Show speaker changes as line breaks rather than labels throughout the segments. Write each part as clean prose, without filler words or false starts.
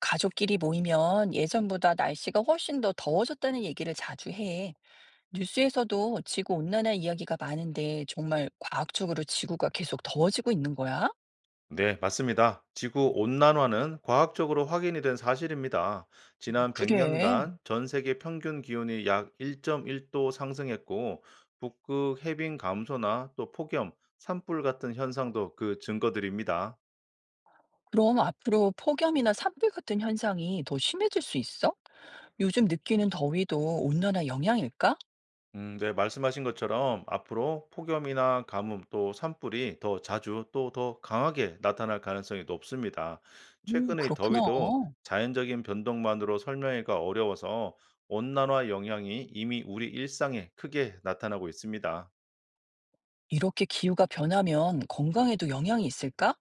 가족끼리 모이면 예전보다 날씨가 훨씬 더 더워졌다는 얘기를 자주 해. 뉴스에서도 지구 온난화 이야기가 많은데 정말 과학적으로 지구가 계속 더워지고 있는 거야?
네, 맞습니다. 지구 온난화는 과학적으로 확인이 된 사실입니다. 지난
그래.
100년간 전 세계 평균 기온이 약 1.1도 상승했고, 북극 해빙 감소나 또 폭염, 산불 같은 현상도 그 증거들입니다.
그럼 앞으로 폭염이나 산불 같은 현상이 더 심해질 수 있어? 요즘 느끼는 더위도 온난화 영향일까?
네, 말씀하신 것처럼 앞으로 폭염이나 가뭄 또 산불이 더 자주 또 더 강하게 나타날 가능성이 높습니다. 최근의
그렇구나.
더위도 자연적인 변동만으로 설명하기가 어려워서 온난화 영향이 이미 우리 일상에 크게 나타나고 있습니다.
이렇게 기후가 변하면 건강에도 영향이 있을까?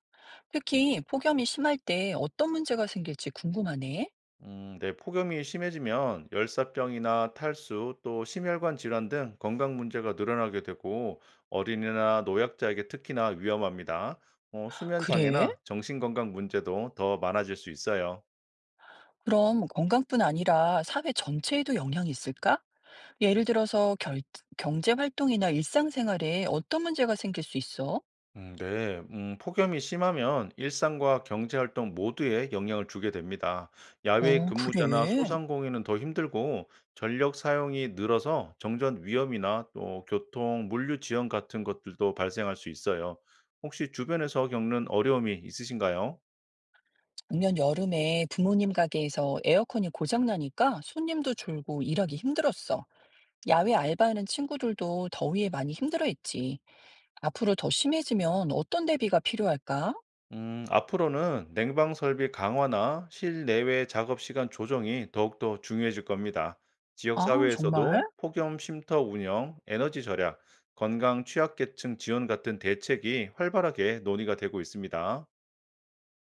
특히 폭염이 심할 때 어떤 문제가 생길지 궁금하네.
네, 폭염이 심해지면 열사병이나 탈수, 또 심혈관 질환 등 건강 문제가 늘어나게 되고 어린이나 노약자에게 특히나 위험합니다. 수면
그래?
장애나 정신 건강 문제도 더 많아질 수 있어요.
그럼 건강뿐 아니라 사회 전체에도 영향이 있을까? 예를 들어서 경제 활동이나 일상생활에 어떤 문제가 생길 수 있어?
네, 폭염이 심하면 일상과 경제활동 모두에 영향을 주게 됩니다. 야외
어,
근무자나
그래.
소상공인은 더 힘들고 전력 사용이 늘어서 정전 위험이나 또 교통, 물류 지연 같은 것들도 발생할 수 있어요. 혹시 주변에서 겪는 어려움이 있으신가요?
작년 여름에 부모님 가게에서 에어컨이 고장나니까 손님도 줄고 일하기 힘들었어. 야외 알바하는 친구들도 더위에 많이 힘들어했지. 앞으로 더 심해지면 어떤 대비가 필요할까?
앞으로는 냉방 설비 강화나 실내외 작업 시간 조정이 더욱더 중요해질 겁니다. 지역
아, 정말?
사회에서도 폭염 쉼터 운영, 에너지 절약, 건강 취약계층 지원 같은 대책이 활발하게 논의가 되고 있습니다.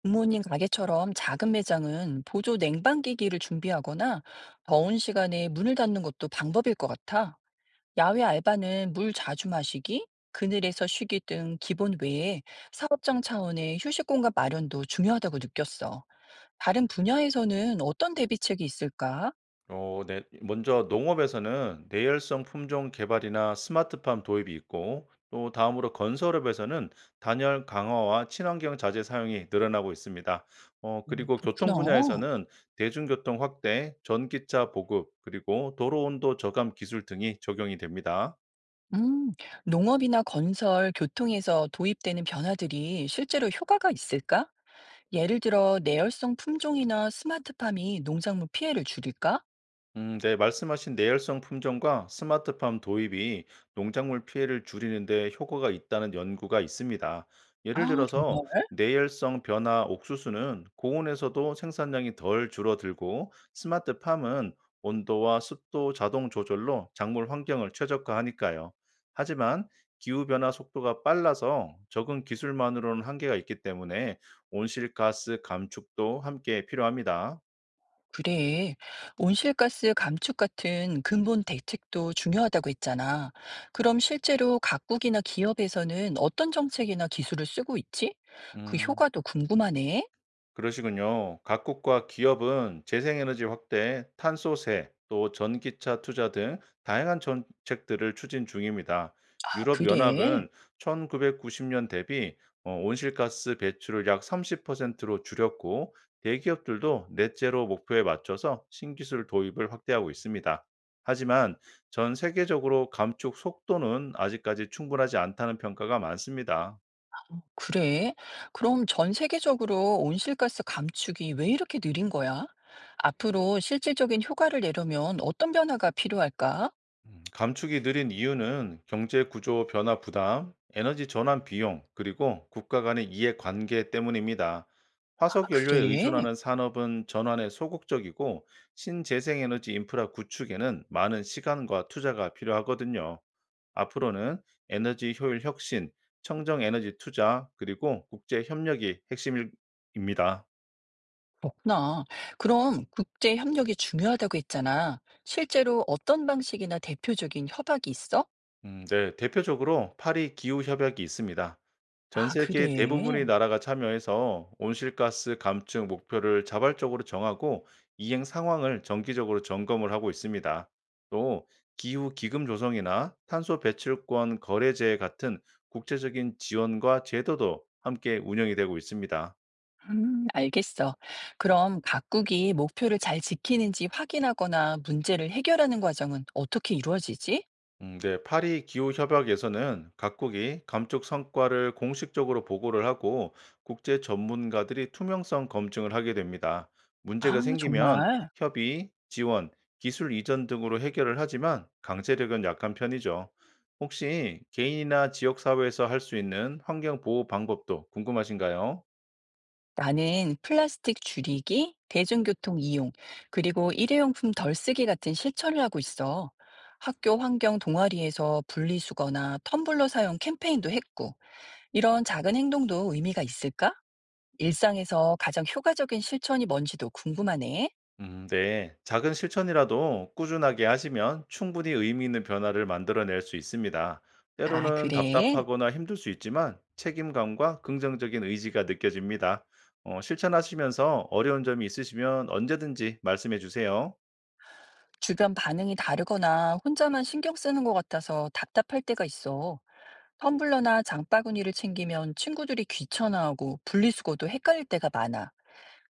부모님 가게처럼 작은 매장은 보조 냉방기기를 준비하거나 더운 시간에 문을 닫는 것도 방법일 것 같아. 야외 알바는 물 자주 마시기, 그늘에서 쉬기 등 기본 외에 사업장 차원의 휴식 공간 마련도 중요하다고 느꼈어. 다른 분야에서는 어떤 대비책이 있을까?
네. 먼저 농업에서는 내열성 품종 개발이나 스마트팜 도입이 있고, 또 다음으로 건설업에서는 단열 강화와 친환경 자재 사용이 늘어나고 있습니다. 그리고
그렇구나.
교통 분야에서는 대중교통 확대, 전기차 보급, 그리고 도로 온도 저감 기술 등이 적용이 됩니다.
음, 농업이나 건설, 교통에서 도입되는 변화들이 실제로 효과가 있을까? 예를 들어 내열성 품종이나 스마트팜이 농작물 피해를 줄일까?
네, 말씀하신 내열성 품종과 스마트팜 도입이 농작물 피해를 줄이는데 효과가 있다는 연구가 있습니다. 예를
아,
들어서
정말?
내열성 변화 옥수수는 고온에서도 생산량이 덜 줄어들고 스마트팜은 온도와 습도 자동 조절로 작물 환경을 최적화하니까요. 하지만 기후 변화 속도가 빨라서 적은 기술만으로는 한계가 있기 때문에 온실가스 감축도 함께 필요합니다.
그래. 온실가스 감축 같은 근본 대책도 중요하다고 했잖아. 그럼 실제로 각국이나 기업에서는 어떤 정책이나 기술을 쓰고 있지? 그
음.
효과도 궁금하네.
그러시군요. 각국과 기업은 재생에너지 확대, 탄소세, 또 전기차 투자 등 다양한 정책들을 추진 중입니다.
아, 그래.
유럽연합은 1990년 대비 온실가스 배출을 약 30%로 줄였고, 대기업들도 넷제로 목표에 맞춰서 신기술 도입을 확대하고 있습니다. 하지만 전 세계적으로 감축 속도는 아직까지 충분하지 않다는 평가가 많습니다.
그래. 그럼 전 세계적으로 온실가스 감축이 왜 이렇게 느린 거야? 앞으로 실질적인 효과를 내려면 어떤 변화가 필요할까?
감축이 느린 이유는 경제 구조 변화 부담, 에너지 전환 비용, 그리고 국가 간의 이해 관계 때문입니다.
아,
화석 연료에
그래.
의존하는 산업은 전환에 소극적이고 신재생 에너지 인프라 구축에는 많은 시간과 투자가 필요하거든요. 앞으로는 에너지 효율 혁신, 청정 에너지 투자, 그리고 국제 협력이 핵심입니다.
그렇구나. 그럼 국제 협력이 중요하다고 했잖아. 실제로 어떤 방식이나 대표적인 협약이 있어?
네. 대표적으로 파리 기후 협약이 있습니다. 전
아,
세계 대부분의
그래.
나라가 참여해서 온실가스 감축 목표를 자발적으로 정하고 이행 상황을 정기적으로 점검을 하고 있습니다. 또 기후 기금 조성이나 탄소 배출권 거래제 같은 국제적인 지원과 제도도 함께 운영이 되고 있습니다.
알겠어. 그럼 각국이 목표를 잘 지키는지 확인하거나 문제를 해결하는 과정은 어떻게 이루어지지?
네, 파리 기후 협약에서는 각국이 감축 성과를 공식적으로 보고를 하고 국제 전문가들이 투명성 검증을 하게 됩니다. 문제가
아,
생기면
정말.
협의, 지원, 기술 이전 등으로 해결을 하지만 강제력은 약한 편이죠. 혹시 개인이나 지역 사회에서 할 수 있는 환경 보호 방법도 궁금하신가요?
나는 플라스틱 줄이기, 대중교통 이용, 그리고 일회용품 덜 쓰기 같은 실천을 하고 있어. 학교 환경 동아리에서 분리수거나 텀블러 사용 캠페인도 했고. 이런 작은 행동도 의미가 있을까? 일상에서 가장 효과적인 실천이 뭔지도 궁금하네.
네. 작은 실천이라도 꾸준하게 하시면 충분히 의미 있는 변화를 만들어낼 수 있습니다.
아,
때로는
그래?
답답하거나 힘들 수 있지만 책임감과 긍정적인 의지가 느껴집니다. 실천하시면서 어려운 점이 있으시면 언제든지 말씀해 주세요.
주변 반응이 다르거나 혼자만 신경 쓰는 것 같아서 답답할 때가 있어. 텀블러나 장바구니를 챙기면 친구들이 귀찮아하고 분리수거도 헷갈릴 때가 많아.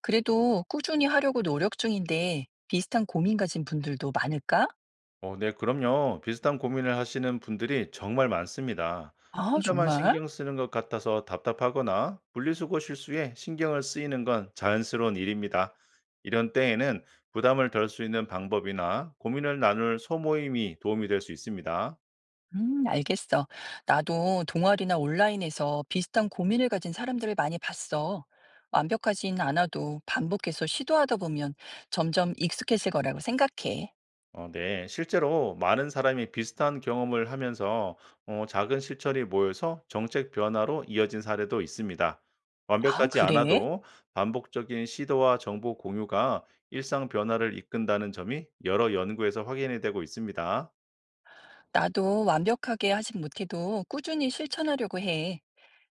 그래도 꾸준히 하려고 노력 중인데 비슷한 고민 가진 분들도 많을까?
네, 그럼요. 비슷한 고민을 하시는 분들이 정말 많습니다.
아,
혼자만
정말?
신경 쓰는 것 같아서 답답하거나 분리수거 실수에 신경을 쓰이는 건 자연스러운 일입니다. 이런 때에는 부담을 덜 수 있는 방법이나 고민을 나눌 소모임이 도움이 될 수 있습니다.
알겠어. 나도 동아리나 온라인에서 비슷한 고민을 가진 사람들을 많이 봤어. 완벽하진 않아도 반복해서 시도하다 보면 점점 익숙해질 거라고 생각해.
네. 실제로 많은 사람이 비슷한 경험을 하면서 작은 실천이 모여서 정책 변화로 이어진 사례도 있습니다.
아,
완벽하지
그래?
않아도 반복적인 시도와 정보 공유가 일상 변화를 이끈다는 점이 여러 연구에서 확인이 되고 있습니다.
나도 완벽하게 하진 못해도 꾸준히 실천하려고 해.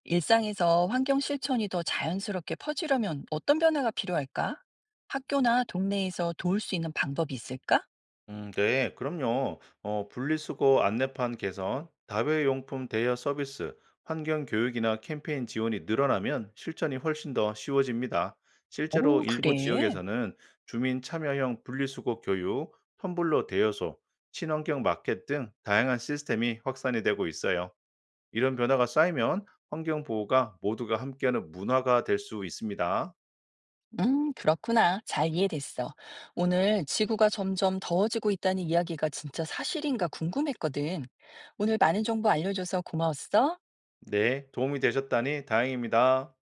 일상에서 환경 실천이 더 자연스럽게 퍼지려면 어떤 변화가 필요할까? 학교나 동네에서 도울 수 있는 방법이 있을까?
네, 그럼요. 분리수거 안내판 개선, 다회용품 대여 서비스, 환경 교육이나 캠페인 지원이 늘어나면 실천이 훨씬 더 쉬워집니다. 실제로
어,
일부
그래.
지역에서는 주민 참여형 분리수거 교육, 텀블러 대여소, 친환경 마켓 등 다양한 시스템이 확산이 되고 있어요. 이런 변화가 쌓이면 환경 보호가 모두가 함께하는 문화가 될 수 있습니다.
그렇구나. 잘 이해됐어. 오늘 지구가 점점 더워지고 있다는 이야기가 진짜 사실인가 궁금했거든. 오늘 많은 정보 알려줘서 고마웠어.
네, 도움이 되셨다니 다행입니다.